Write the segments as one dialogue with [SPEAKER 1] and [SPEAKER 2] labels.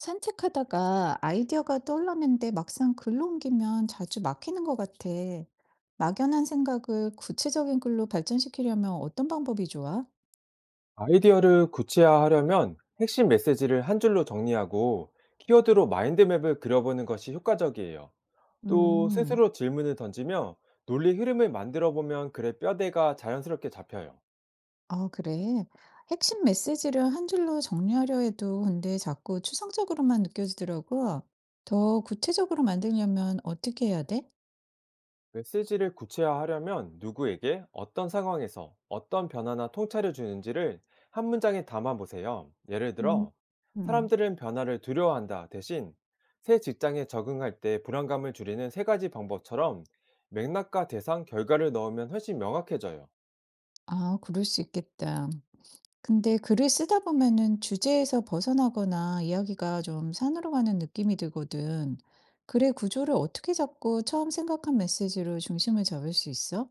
[SPEAKER 1] 산책하다가 아이디어가 떠올랐는데 막상 글로 옮기면 자주 막히는 것 같아. 막연한 생각을 구체적인 글로 발전시키려면 어떤 방법이 좋아?
[SPEAKER 2] 아이디어를 구체화하려면 핵심 메시지를 한 줄로 정리하고 키워드로 마인드맵을 그려보는 것이 효과적이에요. 또
[SPEAKER 1] 음,
[SPEAKER 2] 스스로 질문을 던지며 논리 흐름을 만들어 보면 글의 뼈대가 자연스럽게 잡혀요.
[SPEAKER 1] 아, 그래. 핵심 메시지를 한 줄로 정리하려 해도 근데 자꾸 추상적으로만 느껴지더라고. 더 구체적으로 만들려면 어떻게 해야 돼?
[SPEAKER 2] 메시지를 구체화하려면 누구에게 어떤 상황에서 어떤 변화나 통찰을 주는지를 한 문장에 담아 보세요. 예를
[SPEAKER 1] 음.
[SPEAKER 2] 들어,
[SPEAKER 1] 음.
[SPEAKER 2] 사람들은 변화를 두려워한다 대신 새 직장에 적응할 때 불안감을 줄이는 세 가지 방법처럼 맥락과 대상, 결과를 넣으면 훨씬 명확해져요.
[SPEAKER 1] 아, 그럴 수 있겠다. 근데 글을 쓰다 보면은 주제에서 벗어나거나 이야기가 좀 산으로 가는 느낌이 들거든. 글의 구조를 어떻게 잡고 처음 생각한 메시지로 중심을 잡을 수 있어?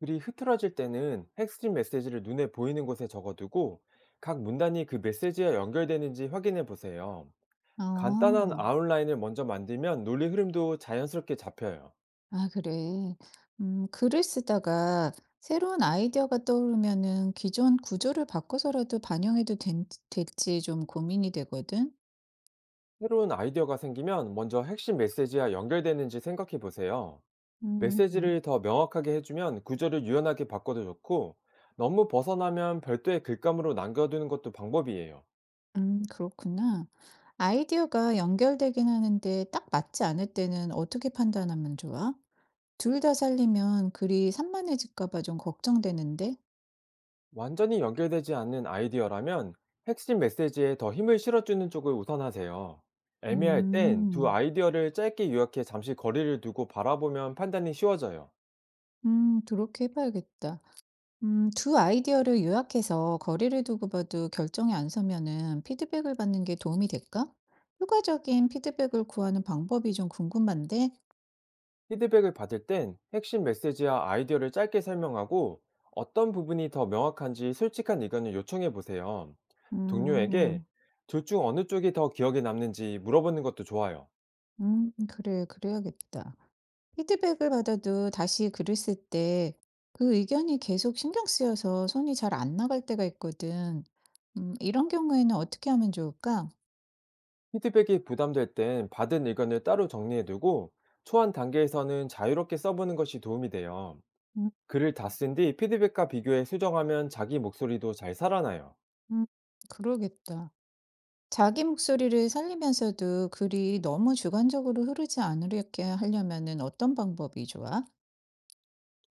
[SPEAKER 2] 글이 흐트러질 때는 핵심 메시지를 눈에 보이는 곳에 적어두고 각 문단이 그 메시지와 연결되는지 확인해 보세요.
[SPEAKER 1] 아,
[SPEAKER 2] 간단한 아웃라인을 먼저 만들면 논리 흐름도 자연스럽게 잡혀요.
[SPEAKER 1] 아, 그래. 글을 쓰다가 새로운 아이디어가 떠오르면은 기존 구조를 바꿔서라도 반영해도 될지 좀 고민이 되거든.
[SPEAKER 2] 새로운 아이디어가 생기면 먼저 핵심 메시지와 연결되는지 생각해 보세요.
[SPEAKER 1] 음. 음.
[SPEAKER 2] 메시지를 더 명확하게 해주면 구조를 유연하게 바꿔도 좋고, 너무 벗어나면 별도의 글감으로 남겨두는 것도 방법이에요.
[SPEAKER 1] 그렇구나. 아이디어가 연결되긴 하는데 딱 맞지 않을 때는 어떻게 판단하면 좋아? 둘 다 살리면 글이 산만해질까 봐 좀 걱정되는데.
[SPEAKER 2] 완전히 연결되지 않는 아이디어라면 핵심 메시지에 더 힘을 실어주는 쪽을 우선하세요. 애매할 땐 두
[SPEAKER 1] 음.
[SPEAKER 2] 아이디어를 짧게 요약해 잠시 거리를 두고 바라보면 판단이 쉬워져요.
[SPEAKER 1] 그렇게 해 봐야겠다. 두 아이디어를 요약해서 거리를 두고 봐도 결정이 안 서면은 피드백을 받는 게 도움이 될까? 효과적인 피드백을 구하는 방법이 좀 궁금한데.
[SPEAKER 2] 피드백을 받을 땐 핵심 메시지와 아이디어를 짧게 설명하고 어떤 부분이 더 명확한지 솔직한 의견을 요청해 보세요. 동료에게
[SPEAKER 1] 음.
[SPEAKER 2] 둘 중 어느 쪽이 더 기억에 남는지 물어보는 것도 좋아요.
[SPEAKER 1] 그래. 그래야겠다. 피드백을 받아도 다시 글을 쓸 때 그 의견이 계속 신경 쓰여서 손이 잘 안 나갈 때가 있거든. 이런 경우에는 어떻게 하면 좋을까?
[SPEAKER 2] 피드백이 부담될 땐 받은 의견을 따로 정리해 두고 초안 단계에서는 자유롭게 써보는 것이 도움이 돼요.
[SPEAKER 1] 음
[SPEAKER 2] 글을 다 쓴 뒤 피드백과 비교해 수정하면 자기 목소리도 잘 살아나요.
[SPEAKER 1] 음 그러겠다. 자기 목소리를 살리면서도 글이 너무 주관적으로 흐르지 않으려게 하려면은 어떤 방법이 좋아?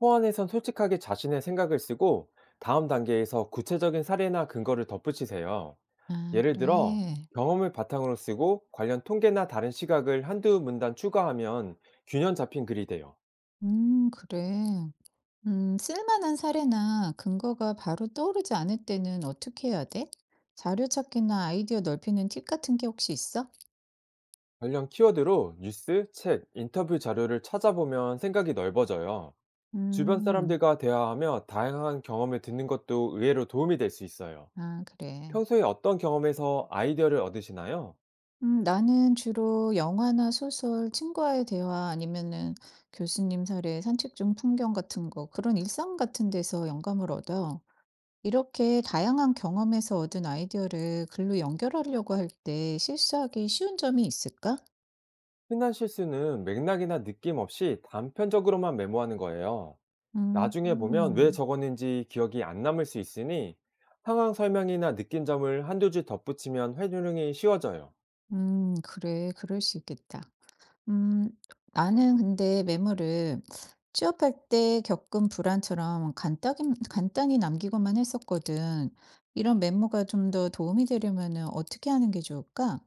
[SPEAKER 2] 호안에선 솔직하게 자신의 생각을 쓰고 다음 단계에서 구체적인 사례나 근거를 덧붙이세요.
[SPEAKER 1] 아,
[SPEAKER 2] 예를 들어,
[SPEAKER 1] 그래.
[SPEAKER 2] 경험을 바탕으로 쓰고 관련 통계나 다른 시각을 한두 문단 추가하면 균형 잡힌 글이 돼요.
[SPEAKER 1] 그래. 쓸만한 사례나 근거가 바로 떠오르지 않을 때는 어떻게 해야 돼? 자료 찾기나 아이디어 넓히는 팁 같은 게 혹시 있어?
[SPEAKER 2] 관련 키워드로 뉴스, 책, 인터뷰 자료를 찾아보면 생각이 넓어져요. 주변
[SPEAKER 1] 음.
[SPEAKER 2] 사람들과 대화하며 다양한 경험을 듣는 것도 의외로 도움이 될 수 있어요.
[SPEAKER 1] 아, 그래.
[SPEAKER 2] 평소에 어떤 경험에서 아이디어를 얻으시나요?
[SPEAKER 1] 나는 주로 영화나 소설, 친구와의 대화 아니면은 교수님 사례, 산책 중 풍경 같은 거 그런 일상 같은 데서 영감을 얻어. 이렇게 다양한 경험에서 얻은 아이디어를 글로 연결하려고 할 때 실수하기 쉬운 점이 있을까?
[SPEAKER 2] 흔한 실수는 맥락이나 느낌 없이 단편적으로만 메모하는 거예요. 나중에 보면
[SPEAKER 1] 음.
[SPEAKER 2] 왜 적었는지 기억이 안 남을 수 있으니 상황 설명이나 느낀 점을 한두 줄 덧붙이면 회유능이 쉬워져요.
[SPEAKER 1] 그래. 그럴 수 있겠다. 음. 나는 근데 메모를 취업할 때 겪은 불안처럼 간단히 남기고만 했었거든. 이런 메모가 좀 더 도움이 되려면은 어떻게 하는 게 좋을까?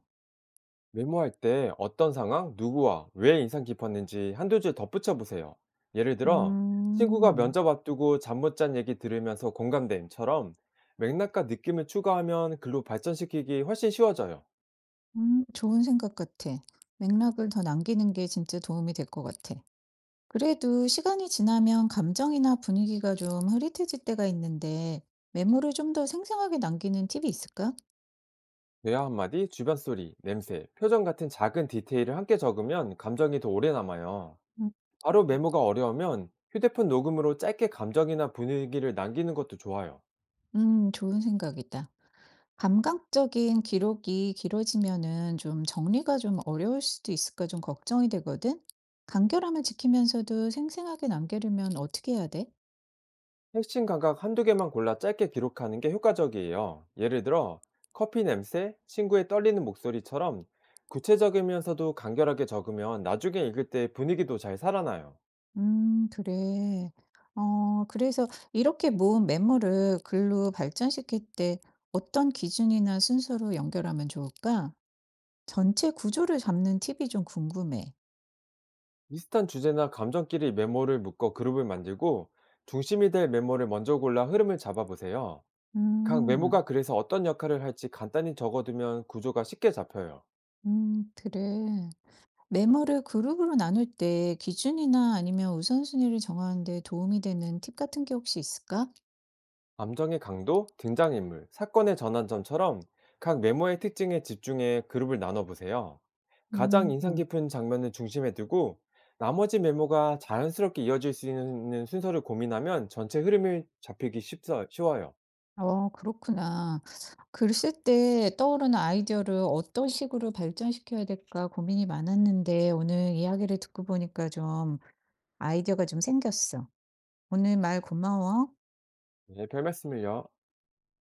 [SPEAKER 2] 메모할 때 어떤 상황, 누구와 왜 인상 깊었는지 한두 줄 덧붙여 보세요. 예를 들어, 친구가
[SPEAKER 1] 음.
[SPEAKER 2] 면접 앞두고 잠 못 잔 얘기 들으면서 공감됨처럼 맥락과 느낌을 추가하면 글로 발전시키기 훨씬 쉬워져요.
[SPEAKER 1] 음. 좋은 생각 같아. 맥락을 더 남기는 게 진짜 도움이 될 것 같아. 그래도 시간이 지나면 감정이나 분위기가 좀 흐릿해질 때가 있는데 메모를 좀 더 생생하게 남기는 팁이 있을까?
[SPEAKER 2] 대화 한마디, 주변 소리, 냄새, 표정 같은 작은 디테일을 함께 적으면 감정이 더 오래 남아요.
[SPEAKER 1] 음.
[SPEAKER 2] 바로 메모가 어려우면 휴대폰 녹음으로 짧게 감정이나 분위기를 남기는 것도 좋아요.
[SPEAKER 1] 좋은 생각이다. 감각적인 기록이 길어지면은 좀 정리가 좀 어려울 수도 있을까 좀 걱정이 되거든? 간결함을 지키면서도 생생하게 남기려면 어떻게 해야 돼?
[SPEAKER 2] 핵심 감각 한두 개만 골라 짧게 기록하는 게 효과적이에요. 예를 들어, 커피 냄새, 친구의 떨리는 목소리처럼 구체적이면서도 간결하게 적으면 나중에 읽을 때 분위기도 잘 살아나요.
[SPEAKER 1] 그래. 그래서 이렇게 모은 메모를 글로 발전시킬 때 어떤 기준이나 순서로 연결하면 좋을까? 전체 구조를 잡는 팁이 좀 궁금해.
[SPEAKER 2] 비슷한 주제나 감정끼리 메모를 묶어 그룹을 만들고 중심이 될 메모를 먼저 골라 흐름을 잡아보세요. 각
[SPEAKER 1] 음.
[SPEAKER 2] 메모가 그래서 어떤 역할을 할지 간단히 적어두면 구조가 쉽게 잡혀요.
[SPEAKER 1] 그래. 메모를 그룹으로 나눌 때 기준이나 아니면 우선순위를 정하는 데 도움이 되는 팁 같은 게 혹시 있을까?
[SPEAKER 2] 감정의 강도, 등장인물, 사건의 전환점처럼 각 메모의 특징에 집중해 그룹을 나눠보세요. 가장 인상
[SPEAKER 1] 음,
[SPEAKER 2] 깊은 장면을 중심에 두고 나머지 메모가 자연스럽게 이어질 수 있는 순서를 고민하면 전체 흐름을 쉬워요.
[SPEAKER 1] 그렇구나. 글 쓸 때 떠오르는 아이디어를 어떤 식으로 발전시켜야 될까 고민이 많았는데 오늘 이야기를 듣고 보니까 좀 아이디어가 좀 생겼어. 오늘 말 고마워.
[SPEAKER 2] 네, 별 말씀을요.